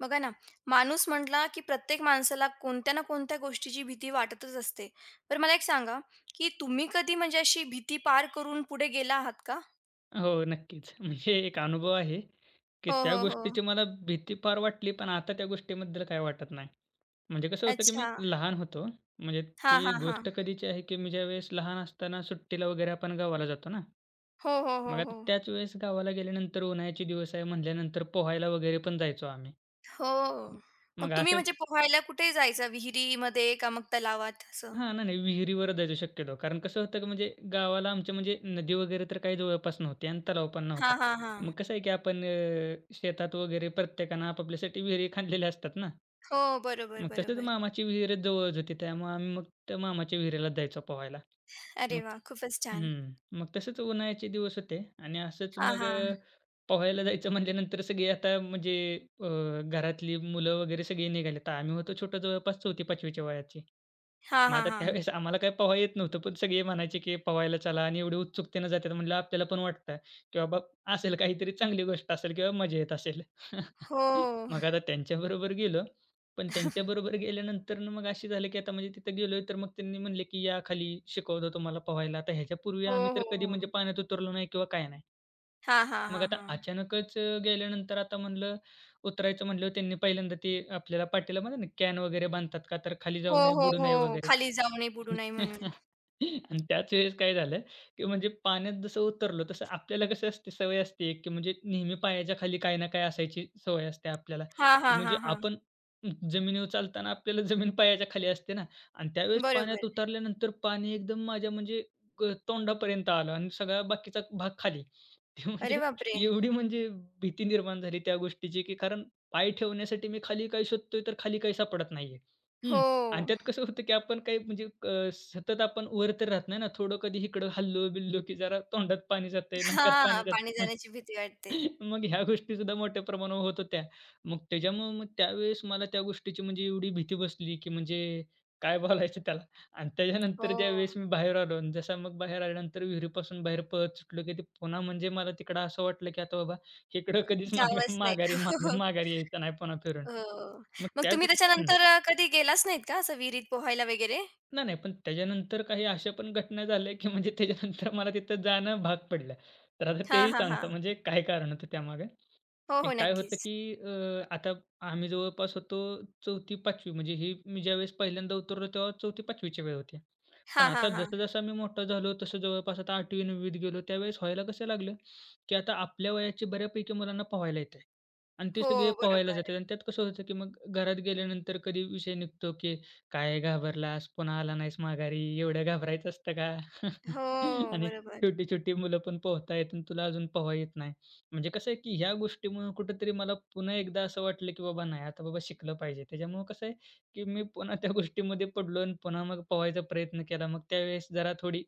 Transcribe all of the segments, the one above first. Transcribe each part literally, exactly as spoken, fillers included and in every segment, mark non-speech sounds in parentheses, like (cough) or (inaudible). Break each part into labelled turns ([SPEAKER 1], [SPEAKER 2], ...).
[SPEAKER 1] बघा ना, माणूस म्हटला, की प्रत्येक माणसाला कोणत्या ना कोणत्या गोष्टीची भीती वाटतच असते. तर मला एक सांगा, की तुम्ही कधी म्हणजे अशी भीती पार करून पुढे गेला आहात का?
[SPEAKER 2] हो, नक्कीच. म्हणजे एक अनुभव आहे, की
[SPEAKER 1] हो,
[SPEAKER 2] त्या
[SPEAKER 1] हो, हो.
[SPEAKER 2] गोष्टीची मला भीती फार वाटली, पण आता त्या गोष्टीबद्दल काही वाटत नाही. म्हणजे कसं होतं, की मी
[SPEAKER 1] अच्छा.
[SPEAKER 2] लहान होतो. म्हणजे
[SPEAKER 1] हा
[SPEAKER 2] ती
[SPEAKER 1] हा हा,
[SPEAKER 2] गोष्ट कधीची आहे, की मी ज्यावेळेस लहान असताना सुट्टीला वगैरे आपण गावाला जातो ना.
[SPEAKER 1] हो, हो,
[SPEAKER 2] मग
[SPEAKER 1] हो,
[SPEAKER 2] आता
[SPEAKER 1] हो.
[SPEAKER 2] त्याच वेळेस गावाला गेल्यानंतर उन्हाळ्याचे दिवस आहे म्हटल्यानंतर पोहायला वगैरे पण जायचो आम्ही.
[SPEAKER 1] हो. मग
[SPEAKER 2] मग
[SPEAKER 1] तुम्ही
[SPEAKER 2] असं
[SPEAKER 1] म्हणजे पोहायला कुठे जायचा? विहिरीमध्ये का मग तलावात असं?
[SPEAKER 2] हां. नाही, नाही. विहिरीवर जायचो शक्यतो. कारण कसं होतं की म्हणजे गावाला आमच्या म्हणजे नदी वगैरे तर काही जवळपास नव्हती आणि तलाव पण
[SPEAKER 1] हां,
[SPEAKER 2] नव्हता.
[SPEAKER 1] हां, हां.
[SPEAKER 2] मग कसं आहे की आपण अ, शेतात वगैरे प्रत्येकानं आपापल्यासाठी विहिरी खणलेल्या असतात ना.
[SPEAKER 1] हो, बरोबर,
[SPEAKER 2] मग तसंच
[SPEAKER 1] बरोबर.
[SPEAKER 2] मामाची विहीर जवळच होती. त्यामुळे आम्ही मग त्या मामाच्या विहिरीला जायचो पोहायला.
[SPEAKER 1] अरे
[SPEAKER 2] मग
[SPEAKER 1] वाह! खूपच छान.
[SPEAKER 2] हं. मग तसंच उन्हाळ्याचे दिवस होते आणि असंच
[SPEAKER 1] हां,
[SPEAKER 2] मग
[SPEAKER 1] हां.
[SPEAKER 2] अ, पोहायला जायचं म्हटल्यानंतर सगळी आता म्हणजे अ, घरातली मुलं वगैरे सगळी निघाली. तर आम्ही होतो छोटं जवळपास चौथी पाचवी वयाची.
[SPEAKER 1] हां,
[SPEAKER 2] मग
[SPEAKER 1] हां,
[SPEAKER 2] आता
[SPEAKER 1] हां.
[SPEAKER 2] त्यावेळेस आम्हाला काही पोहाय येत नव्हतं, पण सगळे म्हणायचे, की "पोहायला चला" आणि एवढी उत्सुकतेनं जातात म्हणलं आपल्याला पण वाटतं, की बाबा असेल काहीतरी चांगली गोष्ट असेल किंवा मजा येत असेल.
[SPEAKER 1] हो.
[SPEAKER 2] (laughs) मग आता त्यांच्याबरोबर गेलो, पण त्यांच्याबरोबर गेल्यानंतर ना मग अशी झालं, की आता म्हणजे तिथं गेलोय तर मग त्यांनी म्हणले, की "या खाली शिकवतो तुम्हाला पोहायला." आता ह्याच्यापूर्वी
[SPEAKER 1] हो,
[SPEAKER 2] आम्ही
[SPEAKER 1] हो,
[SPEAKER 2] तर कधी
[SPEAKER 1] हो.
[SPEAKER 2] म्हणजे पाण्यात उतरलो नाही किंवा काय नाही.
[SPEAKER 1] हां, हां,
[SPEAKER 2] मग
[SPEAKER 1] हां,
[SPEAKER 2] आता
[SPEAKER 1] हां.
[SPEAKER 2] अचानकच अ, गेल्यानंतर आता म्हणलं उतरायचं म्हणल्यावर त्यांनी पहिल्यांदा ते आपल्याला पाटीला म्हणा ना कॅन वगैरे बांधतात का तर खाली जाऊ
[SPEAKER 1] हो,
[SPEAKER 2] नये,
[SPEAKER 1] हो,
[SPEAKER 2] बुडू
[SPEAKER 1] हो.
[SPEAKER 2] नये वगैरे.
[SPEAKER 1] खाली जाऊ नये, बुडू नये म्हणून.
[SPEAKER 2] (laughs) आणि त्याच वेळेस काय झालं, की म्हणजे पाण्यात जसं उतरलो तसं आपल्याला कसं असते सवय असते, की म्हणजे नेहमी पायाच्या खाली काही ना काही असायची सवय असते आपल्याला.
[SPEAKER 1] हां,
[SPEAKER 2] की
[SPEAKER 1] हां,
[SPEAKER 2] म्हणजे
[SPEAKER 1] हां, हां.
[SPEAKER 2] आपण जमिनीवर चालताना आपल्याला जमीन पायाच्या खाली असते ना आणि त्यावेळेस पाण्यात
[SPEAKER 1] बरोबर.
[SPEAKER 2] उतरल्यानंतर पाणी एकदम माझ्या म्हणजे ग तोंडापर्यंत आलं आणि सगळा बाकीचा भाग खाली. ते
[SPEAKER 1] अरे
[SPEAKER 2] म्हणजे
[SPEAKER 1] बापरे!
[SPEAKER 2] एवढी म्हणजे भीती निर्माण झाली त्या गोष्टीची, की कारण पाय ठेवण्यासाठी मी खाली काही शोधतोय तर खाली काही सापडत नाहीये.
[SPEAKER 1] हो.
[SPEAKER 2] आणि त्यात कसं होतं, की आपण काही म्हणजे अ, सतत आपण वर तर राहत नाही ना, थोडं कधी इकडं हललो-बिललो, की जरा तोंडात पाणी जातंय, नाकात
[SPEAKER 1] हां,
[SPEAKER 2] पाणी
[SPEAKER 1] पाणी
[SPEAKER 2] जातंय.
[SPEAKER 1] जाण्याची भीती वाटते.
[SPEAKER 2] (laughs) मग ह्या गोष्टीसुद्धा मोठ्या प्रमाणावर होत होत्या. मग त्याच्यामुळं मग त्यावेळेस मला त्या गोष्टीची म्हणजे एवढी भीती बसली, की म्हणजे काय बोलायचं त्याला. आणि त्याच्यानंतर
[SPEAKER 1] हो,
[SPEAKER 2] ज्यावेळेस मी बाहेर आलो आणि जसा मग बाहेर आल्यानंतर विहिरीपासून बाहेर पळत सुटलो, की ते पुन्हा म्हणजे मला तिकडं असं वाटलं, की आता बाबा इकडं कधीच माघा
[SPEAKER 1] जावंच नाही.
[SPEAKER 2] माघारी माघ
[SPEAKER 1] (laughs)
[SPEAKER 2] माघारी यायचं नाही पुन्हा फिरून.
[SPEAKER 1] हो.
[SPEAKER 2] मग
[SPEAKER 1] मग
[SPEAKER 2] त्याच
[SPEAKER 1] तुम्ही त्याच्यानंतर अ, कधी गेलाच नाहीत का असं विहिरीत पोहायला वगैरे?
[SPEAKER 2] नाही, नाही. पण त्याच्यानंतर काही अशा पण घटना झाल्या, की म्हणजे त्याच्यानंतर मला तिथं जाणं भाग पडलं. तर आता
[SPEAKER 1] हां,
[SPEAKER 2] तेही
[SPEAKER 1] हां,
[SPEAKER 2] सांगतो
[SPEAKER 1] हां.
[SPEAKER 2] म्हणजे काय कारण होतं त्यामागे?
[SPEAKER 1] हो,
[SPEAKER 2] ते
[SPEAKER 1] हो.
[SPEAKER 2] काय होतं,
[SPEAKER 1] नक्कीच.
[SPEAKER 2] की अ, आता आम्ही जवळपास होतो चौथी-पाचवी म्हणजे ही मी ज्यावेळेस पहिल्यांदा उतरलो तेव्हा चौथी-पाचवी ची वेळ होती. पण
[SPEAKER 1] हां,
[SPEAKER 2] आता
[SPEAKER 1] हां, हां.
[SPEAKER 2] जसं-जसं मी मोठा झालो तसं जवळपास आता आठवी-नववी त गेलो त्यावेळेस व्हायला कसं लागलं, की आता आपल्या वयाची बऱ्यापैकी मुलांना पोहायला येतंय आणि ते
[SPEAKER 1] हो,
[SPEAKER 2] सगळे पोहायला
[SPEAKER 1] बरोबर.
[SPEAKER 2] जातात आणि त्यात कसं होतं, की मग घरात गेल्यानंतर कधी विषय निघतो, की "काय घाबरलास? पुन्हा आला नाहीस माघारी. एवढं घाबरायचं असतं का?" (laughs)
[SPEAKER 1] हो,
[SPEAKER 2] आणि
[SPEAKER 1] बरोबर.
[SPEAKER 2] छोटी-छोटी मुलं पण पोहतायत आणि तुला अजून पोहाय येत नाही. म्हणजे कसं आहे की ह्या गोष्टीमुळे कुठेतरी मला पुन्हा एकदा असं वाटलं की बाबा नाही आता बाबा शिकलं पाहिजे. त्याच्यामुळं कसं आहे की मी पुन्हा त्या गोष्टीमध्ये पडलो आणि पुन्हा मग पोहायचा प्रयत्न केला. मग त्यावेळेस जरा थोडी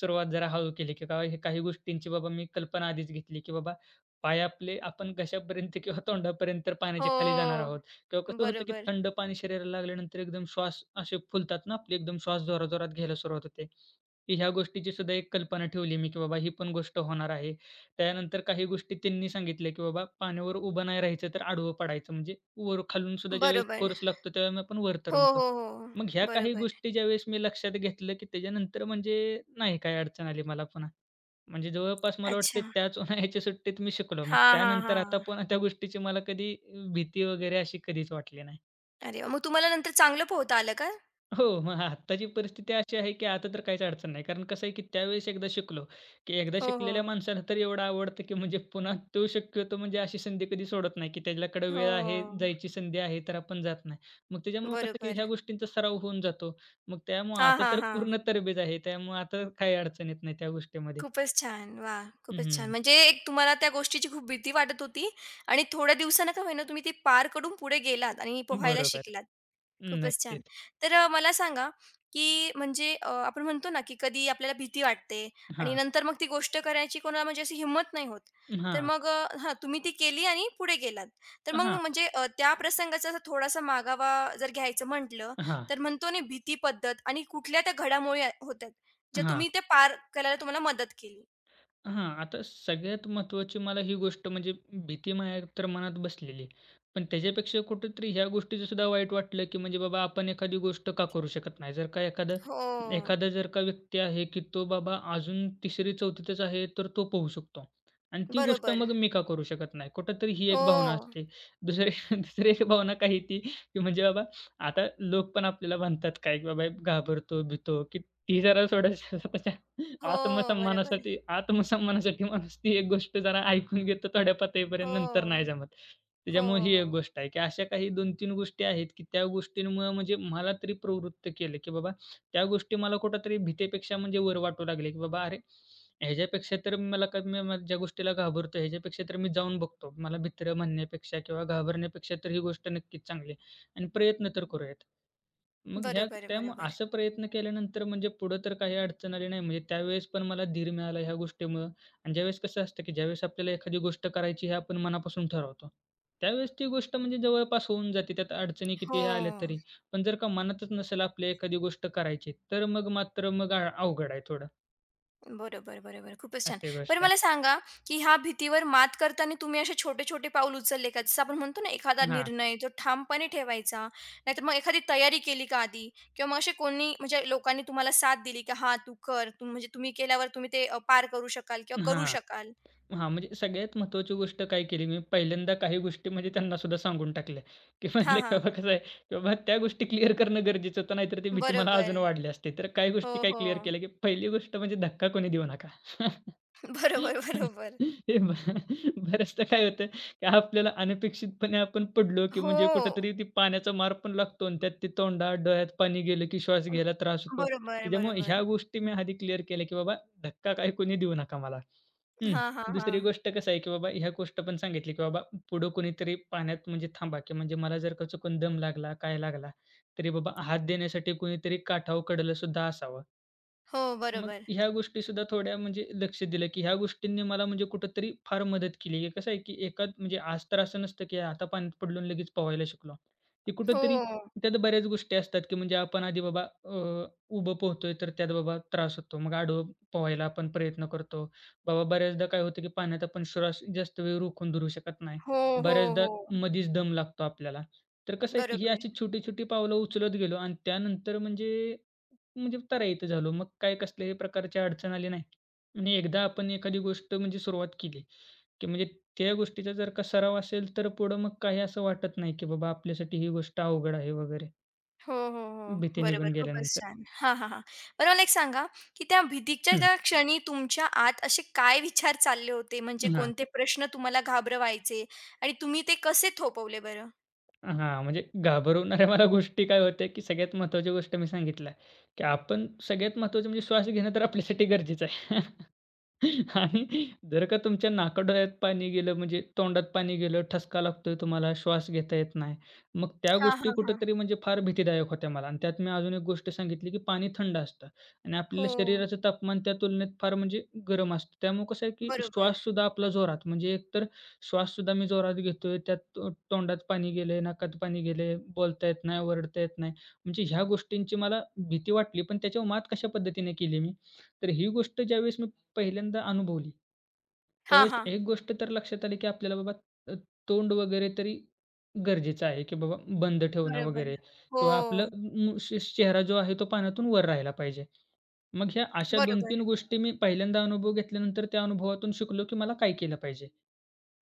[SPEAKER 2] सुरुवात जरा हळू केली की काय हे काही गोष्टींची बाबा मी कल्पना आधीच घेतली की बाबा पाय आपले आपण घशापर्यंत किंवा तोंडापर्यंत तर पाण्याच्या खाली जाणार
[SPEAKER 1] हो,
[SPEAKER 2] आहोत किंवा कसं होतं की
[SPEAKER 1] बरोबर.
[SPEAKER 2] थंड पाणी शरीराला लागल्यानंतर एकदम श्वास असे फुलतात ना आपले एकदम श्वास जोराजोरात घ्यायला सुरुवात होते. की ह्या गोष्टीची सुद्धा एक कल्पना ठेवली मी की बाबा ही पण गोष्ट होणार आहे. त्यानंतर काही गोष्टी त्यांनी सांगितल्या, की बाबा पाण्यावर उभं नाही राहायचं, तर आडवं पडायचं. म्हणजे वर खालून सुद्धा ज्यावेळेस
[SPEAKER 1] बरोबर.
[SPEAKER 2] फोर्स लागतो, त्यावेळेस आपण वर
[SPEAKER 1] हो,
[SPEAKER 2] तरंगतो.
[SPEAKER 1] हो, हो.
[SPEAKER 2] मग ह्या काही
[SPEAKER 1] बरोबर.
[SPEAKER 2] गोष्टी ज्यावेळेस मी लक्षात घेतलं, की त्याच्यानंतर म्हणजे नाही काय अडचण आली मला पुन्हा. म्हणजे जवळपास मला वाटतं
[SPEAKER 1] अच्छा.
[SPEAKER 2] त्याच उन्हाळ्याच्या सुट्टीत मी शिकलो. मग
[SPEAKER 1] हां, हां,
[SPEAKER 2] त्यानंतर आता
[SPEAKER 1] हां.
[SPEAKER 2] पुन्हा त्या गोष्टीची मला कधी भीती वगैरे अशी कधीच वाटली नाही.
[SPEAKER 1] अरे वाह! मग तुम्हाला नंतर चांगलं पोहता आलं का?
[SPEAKER 2] हो, मग आत्ताची परिस्थिती अशी आहे, की आता तर काहीच अडचण नाही. कारण कसं आहे, की त्यावेळेस एकदा शिकलो, की एकदा
[SPEAKER 1] हो, हो.
[SPEAKER 2] शिकलेल्या माणसाला तर एवढं आवडतं, की म्हणजे पुन्हा तो शक्यतो म्हणजे अशी संधी कधी सोडत नाही, की त्याच्याकडे
[SPEAKER 1] हो.
[SPEAKER 2] वेळ आहे, जायची संधी आहे, तर आपण जात नाही. मग त्याच्यामुळं कसं, की
[SPEAKER 1] बरोबर.
[SPEAKER 2] ह्या गोष्टींचा सराव होऊन जातो. मग त्यामुळं
[SPEAKER 1] हां,
[SPEAKER 2] आता
[SPEAKER 1] हां,
[SPEAKER 2] तर
[SPEAKER 1] हां.
[SPEAKER 2] पूर्ण तरबेज आहे. त्यामुळं आता काही अडचण येत नाही त्या गोष्टीमध्ये.
[SPEAKER 1] खूपच छान. वाह! खूपच छान.
[SPEAKER 2] हं,
[SPEAKER 1] म्हणजे एक तुम्हाला त्या गोष्टीची खूप भीती वाटत होती आणि थोड्या दिवसानं का होईना तुम्ही ती पार करून पुढे गेलात आणि पोहायला
[SPEAKER 2] बरोबर.
[SPEAKER 1] शिकलात. खूपच छान.
[SPEAKER 2] नक्कीच.
[SPEAKER 1] तर अ, मला सांगा, की म्हणजे अ, आपण म्हणतो ना, की कधी आपल्याला भीती वाटते आणि
[SPEAKER 2] हां,
[SPEAKER 1] नंतर मग ती गोष्ट करायची कोणाला म्हणजे अशी हिंमत नाही होत. तर
[SPEAKER 2] हां,
[SPEAKER 1] मग अ, हां, तुम्ही ती केली आणि पुढे गेलात. तर मग
[SPEAKER 2] हां,
[SPEAKER 1] म्हणजे अ, त्या प्रसंगाचा असा थोडासा मागावा जर घ्यायचं म्हटलं,
[SPEAKER 2] हां,
[SPEAKER 1] तर म्हणतो ना भीती पद्धत आणि कुठल्या त्या घडामोडी आ होत्या, ज्या
[SPEAKER 2] हां.
[SPEAKER 1] तुम्ही त्या पार करायला तुम्हाला मदत केली.
[SPEAKER 2] हां, आता सगळ्यात महत्त्वाची मला ही गोष्ट म्हणजे भीती माझ्या तर मनात बसलेली. पण त्याच्यापेक्षा कुठेतरी ह्या गोष्टीचंसुद्धा वाईट वाटलं, की म्हणजे बाबा आपण एखादी गोष्ट का करू शकत नाही? जर का एखादा
[SPEAKER 1] हो.
[SPEAKER 2] एखादा जर का व्यक्ती आहे, की तो बाबा अजून तिसरी-चौथीतच आहे, तर तो पोहू शकतो. आणि ती गोष्ट
[SPEAKER 1] बरोबर.
[SPEAKER 2] मग मी का करू शकत नाही? कुठेतरी ही एक
[SPEAKER 1] हो.
[SPEAKER 2] भावना असते. दुसरी (laughs) दुसरी एक भावना काय येती, की म्हणजे बाबा आता लोक पण आपल्याला म्हणतात काय, की बाबा घाबरतो, भितो, की ती जरा सोडा
[SPEAKER 1] हो. बरोबर.
[SPEAKER 2] आत्मसन्मानासाठी आत्मसन्मानासाठी माणूस ती एक गोष्ट जरा ऐकून घेतो थोड्या पातळीपर्यंत, नंतर नाही
[SPEAKER 1] हो.
[SPEAKER 2] जमत.
[SPEAKER 1] हो,
[SPEAKER 2] त्याच्यामुळे
[SPEAKER 1] हो,
[SPEAKER 2] ही एक
[SPEAKER 1] हो.
[SPEAKER 2] गोष्ट आहे, की अशा काही दोन-तीन गोष्टी आहेत, की त्या गोष्टींमुळं म्हणजे मला तरी प्रवृत्त केलं, की बाबा त्या गोष्टी मला कुठेतरी भीतीपेक्षा म्हणजे वर वाटू लागले, की बाबा अरे, ह्याच्यापेक्षा तर मला कमी म ज्या गोष्टीला घाबरतो ह्याच्यापेक्षा तर मी जाऊन बघतो. मला भित्र म्हणण्यापेक्षा किंवा घाबरण्यापेक्षा तर ही गोष्ट नक्कीच चांगली. आहे. आणि प्रयत्न तर करूयात. मग ह्या
[SPEAKER 1] बरोबर,
[SPEAKER 2] त्यामुळं
[SPEAKER 1] बरोबर.
[SPEAKER 2] असं प्रयत्न केल्यानंतर म्हणजे पुढं तर काही अडचण आली नाही. म्हणजे त्यावेळेस पण मला धीर मिळाला ह्या गोष्टीमुळं आणि ज्यावेळेस कसं असतं, की ज्यावेळेस आपल्याला एखादी गोष्ट करायची हे आपण मनापासून ठरवतो, त्यावेळेस ती गोष्ट म्हणजे जवळपास होऊन जाते. त्यात अडचणी
[SPEAKER 1] हो.
[SPEAKER 2] कितीही आल्या तरी. पण जर का मनातच नसेल आपल्या एखादी गोष्ट करायची, तर मग मात्र मग अ अवघड आहे थोडं.
[SPEAKER 1] बरोबर, बरोबर. खूपच छान.
[SPEAKER 2] अशी
[SPEAKER 1] बरं
[SPEAKER 2] गोष्ट आहे.
[SPEAKER 1] मला सांगा, की ह्या भीतीवर मात करताना तुम्ही असे छोटे-छोटे पाऊल उचलले का? जसं आपण म्हणतो ना, एखादा
[SPEAKER 2] हां.
[SPEAKER 1] निर्णय जो ठामपणे ठेवायचा, नाहीतर मग एखादी तयारी केली का आधी? किंवा मग असे कोणी म्हणजे लोकांनी तुम्हाला साथ दिली की "हां, तू कर." तू म्हणजे तुम्ही केल्यावर तुम्ही ते अ, पार करू शकाल किंवा करू
[SPEAKER 2] हां.
[SPEAKER 1] शकाल.
[SPEAKER 2] हां, म्हणजे सगळ्यात महत्त्वाची गोष्ट काय केली मी पहिल्यांदा काही गोष्टी म्हणजे त्यांना सुद्धा सांगून टाकल्या, की म्हणलं
[SPEAKER 1] हां,
[SPEAKER 2] की
[SPEAKER 1] हां.
[SPEAKER 2] बाबा कसं आहे, की बाबा त्या गोष्टी क्लिअर करणं गरजेचं होतं नाहीतर ती भीती मला अजून
[SPEAKER 1] बरोबर.
[SPEAKER 2] वाढली असती. तर काही
[SPEAKER 1] हो,
[SPEAKER 2] गोष्टी काय क्लिअर
[SPEAKER 1] हो.
[SPEAKER 2] केल्या, की पहिली गोष्ट म्हणजे धक्का कोणी देऊ नका.
[SPEAKER 1] (laughs) बरोबर,
[SPEAKER 2] (laughs)
[SPEAKER 1] बरोबर.
[SPEAKER 2] हे ब बऱ्याचदा काय होतं, की आपल्याला अनपेक्षितपणे आपण पडलो, की
[SPEAKER 1] हो.
[SPEAKER 2] म्हणजे कुठेतरी ती पाण्याचा मार पण लागतो आणि त्यात ते तोंडात, डोळ्यात पाणी गेलं, की श्वास घ्यायला त्रास होतो.
[SPEAKER 1] बरोबर,
[SPEAKER 2] त्याच्यामुळे
[SPEAKER 1] बरोबर.
[SPEAKER 2] ह्या गोष्टी मी आधी क्लिअर केल्या, की बाबा धक्का काही कोणी देऊ नका मला. हं.
[SPEAKER 1] हां, हां,
[SPEAKER 2] दुसरी
[SPEAKER 1] हां.
[SPEAKER 2] गोष्ट कसं आहे, की बाबा ह्या गोष्ट पण सांगितली, की बाबा पुढं कोणीतरी पाण्यात म्हणजे थांबा, की म्हणजे मला जर का चुकून दम लागला, काय लागला, तरी बाबा हात देण्यासाठी कोणीतरी काठावर कडेला सुद्धा असावं.
[SPEAKER 1] हो,
[SPEAKER 2] मग
[SPEAKER 1] बरोबर.
[SPEAKER 2] ह्या गोष्टीसुद्धा थोड्या म्हणजे लक्ष दिलं, की ह्या गोष्टींनी मला म्हणजे कुठेतरी फार मदत केली. हे कसं आहे, की एकाच म्हणजे आज तर असं नसतं, की आता पाण्यात पडलो आणि लगेच पोहायला शिकलो. ते कुठेतरी
[SPEAKER 1] हो.
[SPEAKER 2] त्यात बऱ्याच गोष्टी असतात, की म्हणजे आपण आधी बाबा अ, उभं पोहतोय तर त्यात बाबा त्रास होतो. मग आडवं पोहायला आपण प्रयत्न करतो. बाबा बऱ्याचदा काय होतं, की पाण्यात आपण श्वास जास्त वेळ रोखून धरू शकत नाही.
[SPEAKER 1] हो, हो,
[SPEAKER 2] बऱ्याचदा
[SPEAKER 1] हो.
[SPEAKER 2] मधीच दम लागतो आपल्याला. तर कसं आहे, की ही
[SPEAKER 1] बरोबर.
[SPEAKER 2] अशी छोटी-छोटी पावलं उचलत गेलो आणि त्यानंतर म्हणजे म्हणजे उत्तरायित झालो. मग काय कसल्याही प्रकारची अडचण आली नाही. आणि एकदा आपण एखादी गोष्ट म्हणजे सुरुवात केली, की म्हणजे त्या गोष्टीचा जर का सराव असेल, तर पुढं मग काही असं वाटत नाही, की बाबा आपल्यासाठी ही गोष्ट अवघड आहे वगैरे.
[SPEAKER 1] हो, हो, हो.
[SPEAKER 2] भीती
[SPEAKER 1] बरोबर.
[SPEAKER 2] निघून
[SPEAKER 1] खूपच
[SPEAKER 2] गेल्यानंतर.
[SPEAKER 1] छान. हां, हां, हां. बरं मला एक सांगा, की त्या भीतीच्या
[SPEAKER 2] हं.
[SPEAKER 1] त्या क्षणी तुमच्या आत असे काय विचार चालले होते? म्हणजे
[SPEAKER 2] हां.
[SPEAKER 1] कोणते प्रश्न तुम्हाला घाबरवायचे आणि तुम्ही ते कसे थोपवले बरं?
[SPEAKER 2] हां, म्हणजे घाबरवणाऱ्या मला गोष्टी काय होत्या, की सगळ्यात महत्त्वाची गोष्ट मी सांगितलं, की आपण सगळ्यात महत्त्वाचं म्हणजे श्वास घेणं तर आपल्यासाठी गरजेचं आहे. आणि जर का तुमच्या नाकाडोळ्यात पाणी गेलं, म्हणजे तोंडात पाणी गेलं, ठसका लागतोय तुम्हाला, श्वास घेता येत नाही. मग त्या
[SPEAKER 1] हां,
[SPEAKER 2] गोष्टी
[SPEAKER 1] हां, हां.
[SPEAKER 2] कुठेतरी म्हणजे फार भीतीदायक होत्या मला आणि त्यात मी अजून एक गोष्ट सांगितली, की पाणी थंड असतं आणि आपल्या
[SPEAKER 1] हो,
[SPEAKER 2] शरीराचं तापमान त्या तुलनेत फार म्हणजे गरम असतं. त्यामुळे कसं आहे, की
[SPEAKER 1] बरोबर.
[SPEAKER 2] श्वाससुद्धा आपला जोरात म्हणजे एकतर श्वाससुद्धा मी जोरात घेतोय, त्यात तो तोंडात पाणी गेलंय, नाकात पाणी गेलंय, बोलता येत नाही, ओरडता येत नाही. म्हणजे ह्या गोष्टींची मला भीती वाटली, पण त्याच्यावर मात कशा पद्धतीने केली मी? तर ही गोष्ट ज्यावेळेस मी पहिल्यांदा अनुभवली.
[SPEAKER 1] हां,
[SPEAKER 2] त्यावेळेस
[SPEAKER 1] हां.
[SPEAKER 2] एक गोष्ट तर लक्षात आली, की आपल्याला बाबा अ, तोंड वगैरे तरी गरजेचं आहे, की बाबा बंद ठेवणं
[SPEAKER 1] बरोबर.
[SPEAKER 2] वगैरे
[SPEAKER 1] हो,
[SPEAKER 2] किंवा आपलं मु चे चेहरा जो आहे तो पाण्यातून वर राहिला पाहिजे. मग ह्या अशा
[SPEAKER 1] बरोबर.
[SPEAKER 2] दोन-तीन गोष्टी मी पहिल्यांदा अनुभव घेतल्यानंतर त्या अनुभवातून शिकलो, की मला काय केलं पाहिजे.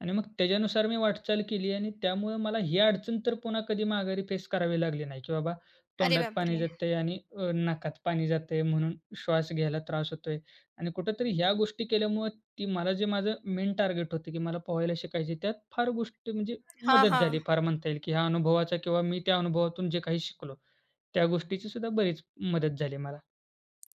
[SPEAKER 2] आणि मग त्याच्यानुसार मी वाटचाल केली आणि त्यामुळे मला ही अडचण तर पुन्हा कधी माघारी फेस करावी लागली नाही, की बाबा
[SPEAKER 1] अरे
[SPEAKER 2] तोंडात पाणी
[SPEAKER 1] बापरे!
[SPEAKER 2] जातंय आणि अ, नाकात पाणी जातंय म्हणून श्वास घ्यायला त्रास होतोय. आणि कुठेतरी ह्या गोष्टी केल्यामुळं ती मला जे माझं मेन टार्गेट होतं, की मला पोहायला शिकायचे त्यात फार गोष्टी म्हणजे
[SPEAKER 1] हां,
[SPEAKER 2] मदत
[SPEAKER 1] हां.
[SPEAKER 2] झाली फार म्हणता येईल, की ह्या अनुभवाचा किंवा मी त्या अनुभवातून जे काही शिकलो, त्या गोष्टीची सुद्धा बरीच मदत झाली मला.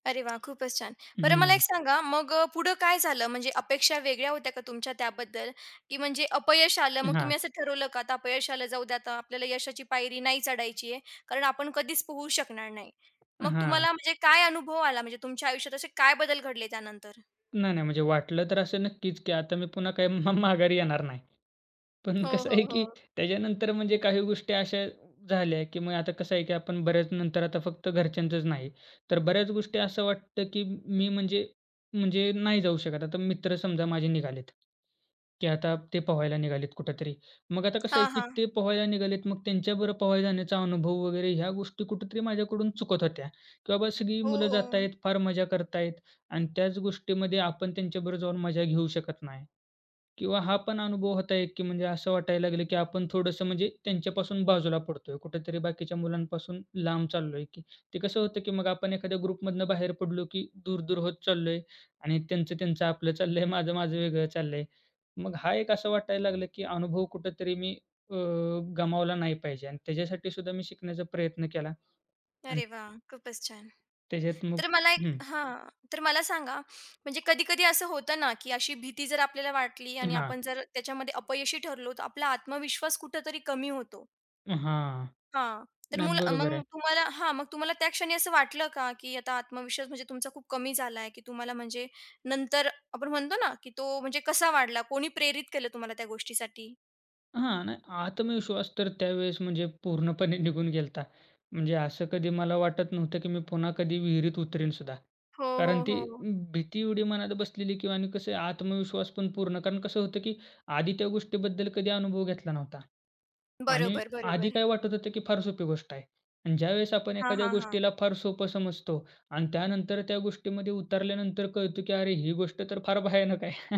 [SPEAKER 1] अरे वा, खूपच छान. बरं मला एक
[SPEAKER 2] हं.
[SPEAKER 1] सांगा मग अ, पुढं काय झालं? म्हणजे अपेक्षा वेगळ्या होत्या का तुमच्या त्याबद्दल? की म्हणजे अपयश आलं मग
[SPEAKER 2] हां.
[SPEAKER 1] तुम्ही असं ठरवलं का आता अपयश आलं जाऊ दे आता आपल्याला यशाची पायरी नाही चढायची आहे. कारण आपण कधीच पोहू शकणार नाही. मग
[SPEAKER 2] हां.
[SPEAKER 1] तुम्हाला म्हणजे काय अनुभव आला? म्हणजे तुमच्या आयुष्यात असे काय बदल घडले त्यानंतर?
[SPEAKER 2] नाही, नाही म्हणजे वाटलं तर असं नक्कीच, की आता मी पुन्हा काही म माघारी येणार नाही. पण
[SPEAKER 1] हो,
[SPEAKER 2] कसं
[SPEAKER 1] हो,
[SPEAKER 2] आहे,
[SPEAKER 1] हो.
[SPEAKER 2] की त्याच्यानंतर म्हणजे काही गोष्टी अशा झाल्या, की मग आता कसं आहे, की आपण बऱ्याच नंतर आता फक्त घरच्यांचंच नाही, तर बऱ्याच गोष्टी असं वाटतं, की मी म्हणजे म्हणजे नाही जाऊ शकत. आता मित्र समजा माझे निघालेत, की आता ते पोहायला निघालेत कुठेतरी. मग आता कसं आहे,
[SPEAKER 1] हां,
[SPEAKER 2] की
[SPEAKER 1] हां.
[SPEAKER 2] ते पोहायला निघालेत, मग त्यांच्याबरोबर पोहायला जाण्याचा अनुभव वगैरे ह्या गोष्टी कुठेतरी माझ्याकडून चुकत होत्या, की बाबा सगळी
[SPEAKER 1] हो.
[SPEAKER 2] मुलं जात फार मजा करतायत आणि त्याच गोष्टीमध्ये आपण त्यांच्याबरोबर जाऊन मजा घेऊ शकत नाही. किंवा हा पण अनुभव होता एक, की म्हणजे असं वाटायला लागलं, की आपण थोडंसं म्हणजे त्यांच्यापासून बाजूला पडतोय. कुठेतरी बाकीच्या मुलांपासून लांब चाललोय, की ते कसं होतं, की मग आपण एखाद्या ग्रुपमधनं बाहेर पडलो, की दूर-दूर होत चाललोय आणि त्यांचं त्यांचं आपलं चाललंय, माझं माझं वेगळं चाललंय. मग हा एक असं वाटायला लागलं, की अनुभव कुठेतरी मी अ, गमावला नाही पाहिजे आणि त्याच्यासाठी सुद्धा मी शिकण्याचा प्रयत्न केला आणि
[SPEAKER 1] अरे वाह! खूपच छान.
[SPEAKER 2] त्याच्यात मग
[SPEAKER 1] तर मला एक
[SPEAKER 2] हं.
[SPEAKER 1] हां, तर मला सांगा, म्हणजे कधी-कधी असं होतं ना, की अशी भीती जर आपल्याला वाटली आणि
[SPEAKER 2] हां.
[SPEAKER 1] आपण जर त्याच्यामध्ये अपयशी ठरलो, तर आपला आत्मविश्वास कुठेतरी कमी होतो.
[SPEAKER 2] हां.
[SPEAKER 1] हां, तर
[SPEAKER 2] नाही
[SPEAKER 1] मुल मग
[SPEAKER 2] बरोबर आहे.
[SPEAKER 1] तुम्हाला हां, मग तुम्हाला त्या क्षणी असं वाटलं का, की आता आत्मविश्वास म्हणजे तुमचा खूप कमी झालाय, की तुम्हाला म्हणजे नंतर आपण म्हणतो ना, की तो म्हणजे कसा वाढला? कोणी प्रेरित केलं तुम्हाला त्या गोष्टीसाठी?
[SPEAKER 2] हां, नाही आत्मविश्वास तर त्यावेळेस म्हणजे पूर्णपणे निघून गेला होता. म्हणजे असं कधी मला वाटत नव्हतं, की मी पुन्हा कधी विहिरीत उतरेन सुद्धा.
[SPEAKER 1] हो, हो,
[SPEAKER 2] कारण ती
[SPEAKER 1] हो.
[SPEAKER 2] भीती एवढी मनात बसलेली किंवा आणि कसं आहे आत्मविश्वास पण पूर्ण कारण कसं होतं, की आधी त्या गोष्टीबद्दल कधी अनुभव घेतला नव्हता. आणि
[SPEAKER 1] बरोबर,
[SPEAKER 2] आधी
[SPEAKER 1] बरोबर.
[SPEAKER 2] काय वाटत होतं, की फार सोपी गोष्ट आहे. आणि ज्यावेळेस आपण
[SPEAKER 1] हां,
[SPEAKER 2] एखाद्या
[SPEAKER 1] हां, हां.
[SPEAKER 2] गोष्टीला फार सोपं समजतो आणि त्यानंतर त्या गोष्टीमध्ये उतरल्यानंतर कळतं, की अरे ही गोष्ट तर फार भयानक आहे.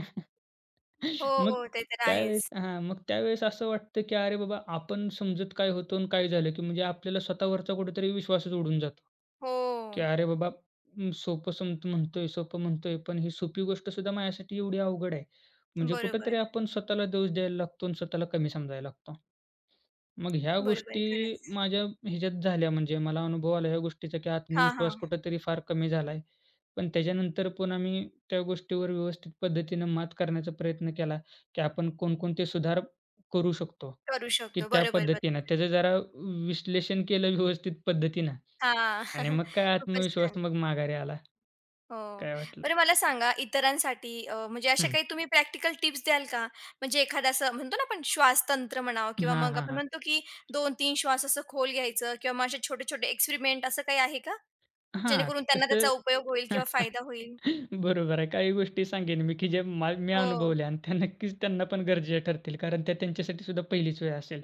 [SPEAKER 1] हो,
[SPEAKER 2] (laughs) मग
[SPEAKER 1] हो. ते तर
[SPEAKER 2] त्यावेळेस
[SPEAKER 1] आहेच.
[SPEAKER 2] हां, मग त्यावेळेस असं वाटतं, की अरे बाबा आपण समजत काय होतो आणि काय झालं, की म्हणजे आपल्याला स्वतःवरचा कुठेतरी विश्वासच उडून जातो, की
[SPEAKER 1] हो.
[SPEAKER 2] अरे बाबा अं, सोपं सम म्हणतोय, सोपं म्हणतोय, पण ही सोपी गोष्ट सुद्धा माझ्यासाठी एवढी अवघड आहे. म्हणजे
[SPEAKER 1] बरोबर,
[SPEAKER 2] कुठेतरी आपण स्वतःला दोष द्यायला लागतो आणि स्वतःला कमी समजायला लागतो. मग ह्या
[SPEAKER 1] बरोबर.
[SPEAKER 2] गोष्टी
[SPEAKER 1] खरंच.
[SPEAKER 2] माझ्या ह्याच्यात झाल्या म्हणजे मला अनुभव आला ह्या गोष्टीचा, की
[SPEAKER 1] हां, हां.
[SPEAKER 2] आत्मविश्वास कुठेतरी फार कमी झालाय. पण त्याच्यानंतर पुन्हा मी त्या गोष्टीवर व्यवस्थित पद्धतीनं मात करण्याचा प्रयत्न केला, की आपण कोणकोणते सुधार करू शकतो,
[SPEAKER 1] करू
[SPEAKER 2] की
[SPEAKER 1] शकतो.
[SPEAKER 2] त्या
[SPEAKER 1] बरोबर,
[SPEAKER 2] पद्धतीनं
[SPEAKER 1] बरोबर.
[SPEAKER 2] त्याचं जरा विश्लेषण केलं व्यवस्थित पद्धतीनं
[SPEAKER 1] हां.
[SPEAKER 2] आणि
[SPEAKER 1] (laughs)
[SPEAKER 2] मग काय
[SPEAKER 1] खूपच
[SPEAKER 2] आत्मविश्वास
[SPEAKER 1] छान.
[SPEAKER 2] मग माघारी आला.
[SPEAKER 1] हो.
[SPEAKER 2] काय वाटलं
[SPEAKER 1] बरं मला सांगा इतरांसाठी अ, म्हणजे अशा
[SPEAKER 2] हं.
[SPEAKER 1] काही तुम्ही प्रॅक्टिकल टिप्स द्याल का? म्हणजे एखादा असं म्हणतो ना आपण श्वासतंत्र म्हणावं किंवा
[SPEAKER 2] हां,
[SPEAKER 1] मग
[SPEAKER 2] हां,
[SPEAKER 1] आपण
[SPEAKER 2] हां.
[SPEAKER 1] म्हणतो, की दोन तीन श्वास असं खोल घ्यायचं किंवा मग असे छोटे-छोटे एक्सपेरिमेंट असं काही आहे का?
[SPEAKER 2] हां,
[SPEAKER 1] जेणेकरून त्यांना त्याचा
[SPEAKER 2] तसं
[SPEAKER 1] उपयोग होईल किंवा
[SPEAKER 2] (laughs)
[SPEAKER 1] फायदा होईल?
[SPEAKER 2] बरोबर आहे. काही गोष्टी सांगेन मी, की जे मा मी
[SPEAKER 1] हो.
[SPEAKER 2] अनुभवल्या आणि त्या नक्कीच त्यांना पण गरजेच्या ठरतील. कारण त्या त्यांच्यासाठी सुद्धा पहिलीच वेळ असेल.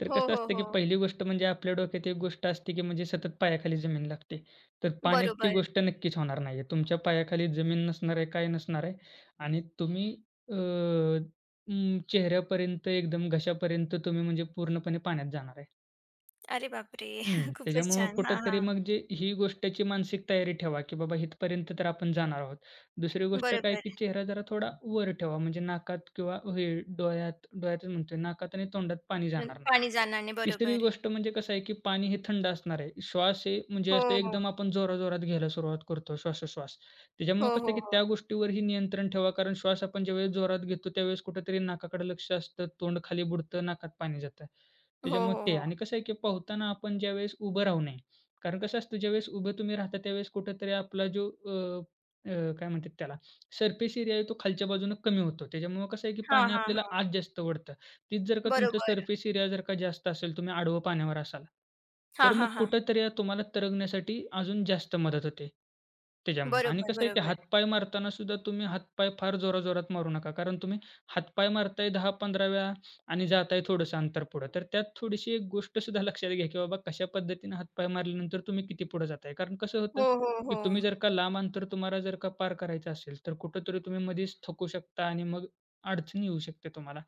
[SPEAKER 2] तर
[SPEAKER 1] हो,
[SPEAKER 2] कसं
[SPEAKER 1] हो,
[SPEAKER 2] असतं, की
[SPEAKER 1] हो.
[SPEAKER 2] पहिली गोष्ट म्हणजे आपल्या डोक्यात एक गोष्ट असते, की म्हणजे सतत पायाखाली जमीन लागते. तर पाण्यात ती
[SPEAKER 1] बरोबर.
[SPEAKER 2] गोष्ट नक्कीच होणार नाहीये. तुमच्या पायाखाली जमीन नसणार आहे, काय नसणार आहे आणि तुम्ही अ, अं, चेहऱ्यापर्यंत एकदम घशापर्यंत तुम्ही म्हणजे पूर्णपणे पाण्यात जाणार आहे.
[SPEAKER 1] अरे बापरे!
[SPEAKER 2] हं.
[SPEAKER 1] (laughs) खूपच
[SPEAKER 2] त्याच्यामुळं
[SPEAKER 1] छान. हां,
[SPEAKER 2] कुठेतरी
[SPEAKER 1] हां.
[SPEAKER 2] मग जे ही गोष्टची मानसिक तयारी ठेवा, की बाबा इथपर्यंत तर आपण जाणार आहोत. दुसरी गोष्ट काय,
[SPEAKER 1] बरोबर.
[SPEAKER 2] की चेहरा जरा थोडा वर ठेवा म्हणजे नाकात किंवा हे डोळ्यात, डोळ्यातच म्हणतोय, नाकात आणि तोंडात पाणी
[SPEAKER 1] न-
[SPEAKER 2] जाणार नाही.
[SPEAKER 1] पाणी जाणार नाही.
[SPEAKER 2] तिसरी
[SPEAKER 1] बरोबर.
[SPEAKER 2] गोष्ट म्हणजे कसं आहे, की पाणी हे थंड असणार आहे. श्वास हे म्हणजे असं
[SPEAKER 1] हो.
[SPEAKER 2] एकदम आपण जोराजोरात घ्यायला सुरुवात करतो श्वासोश्वास.
[SPEAKER 1] हो,
[SPEAKER 2] त्याच्यामुळे कसं
[SPEAKER 1] हो,
[SPEAKER 2] आहे, की
[SPEAKER 1] हो.
[SPEAKER 2] त्या गोष्टीवरही नियंत्रण ठेवा. कारण श्वास आपण ज्यावेळेस जोरात घेतो, त्यावेळेस कुठेतरी नाकाकडे लक्ष असतं, तोंड खाली बुडतं, नाकात पाणी जातं.
[SPEAKER 1] हो,
[SPEAKER 2] त्याच्यामुळे
[SPEAKER 1] हो,
[SPEAKER 2] ते
[SPEAKER 1] हो.
[SPEAKER 2] आणि कसं आहे, की पोहताना आपण ज्यावेळेस उभं राहू नये. कारण कसं असतं, ज्यावेळेस उभे तुम्ही राहता, त्यावेळेस कुठेतरी आपला जो अ, अ, काय म्हणतात त्याला, सरफेस एरिया आहे तो खालच्या बाजूनं कमी होतो. त्याच्यामुळे कसं आहे, की
[SPEAKER 1] हां,
[SPEAKER 2] पाणी
[SPEAKER 1] हां,
[SPEAKER 2] आपल्याला
[SPEAKER 1] हां.
[SPEAKER 2] आत जास्त ओढतं. तीच जर का तुमचं
[SPEAKER 1] बरोबर.
[SPEAKER 2] सरफेस एरिया जर का जास्त असेल, तुम्ही आडवं पाण्यावर असाल,
[SPEAKER 1] हां,
[SPEAKER 2] तर मग
[SPEAKER 1] हां, हां.
[SPEAKER 2] कुठेतरी तुम्हाला तरंगण्यासाठी अजून जास्त मदत होते त्याच्यामुळं. आणि
[SPEAKER 1] बरोबर,
[SPEAKER 2] कसं आहे की
[SPEAKER 1] बरोबर.
[SPEAKER 2] हातपाय मारताना सुद्धा तुम्ही हातपाय फार जोराजोरात मारू नका. कारण तुम्ही हातपाय मारताय दहा ते पंधरा वेळा आणि जाताय थोडंसं अंतर पुढं. तर त्यात थोडीशी एक गोष्ट सुद्धा लक्षात घ्या, की बाबा कशा पद्धतीने हातपाय मारल्यानंतर तुम्ही किती पुढे जाताय. कारण कसं
[SPEAKER 1] हो,
[SPEAKER 2] होतं,
[SPEAKER 1] हो,
[SPEAKER 2] की
[SPEAKER 1] हो.
[SPEAKER 2] तुम्ही जर का लांब अंतर तुम्हाला जर का पार करायचं असेल, तर कुठेतरी तुम्ही मध्येच थकू शकता आणि मग अडचणी येऊ शकते तुम्हाला.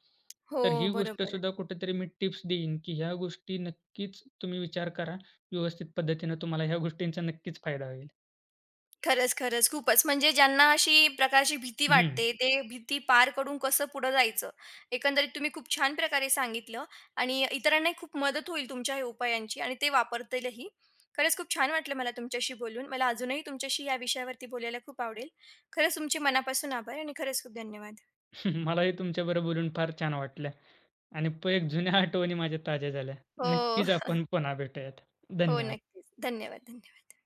[SPEAKER 1] हो,
[SPEAKER 2] तर ही
[SPEAKER 1] बरोबर.
[SPEAKER 2] गोष्टसुद्धा कुठेतरी मी टिप्स देईन, की ह्या गोष्टी नक्कीच तुम्ही विचार करा. व्यवस्थित पद्धतीनं तुम्हाला ह्या गोष्टींचा नक्कीच फायदा होईल.
[SPEAKER 1] खरंच, खरंच खूपच. म्हणजे ज्यांना अशी प्रकारची भीती
[SPEAKER 2] हं.
[SPEAKER 1] वाटते, ते भीती पार करून कसं पुढं जायचं, एकंदरीत तुम्ही खूप छान प्रकारे सांगितलं आणि इतरांनाही खूप मदत होईल तुमच्या या उपायांची आणि ते वापरतीलही. खरंच खूप छान वाटलं मला तुमच्याशी बोलून. मला अजूनही तुमच्याशी या विषयावरती बोलायला खूप आवडेल. खरंच तुमचे मनापासून आभार आणि खरंच खूप धन्यवाद.
[SPEAKER 2] (laughs) मलाही तुमच्याबरोबर बोलून फार छान वाटलं आणि प एक जुन्या आठवणी माझ्या ताज्या झाल्या.
[SPEAKER 1] हो,
[SPEAKER 2] नक्कीच
[SPEAKER 1] (laughs)
[SPEAKER 2] आपण पुन्हा भेटूयात.
[SPEAKER 1] हो,
[SPEAKER 2] धन्यवाद.
[SPEAKER 1] नक्कीच. धन्यवाद, धन्यवाद.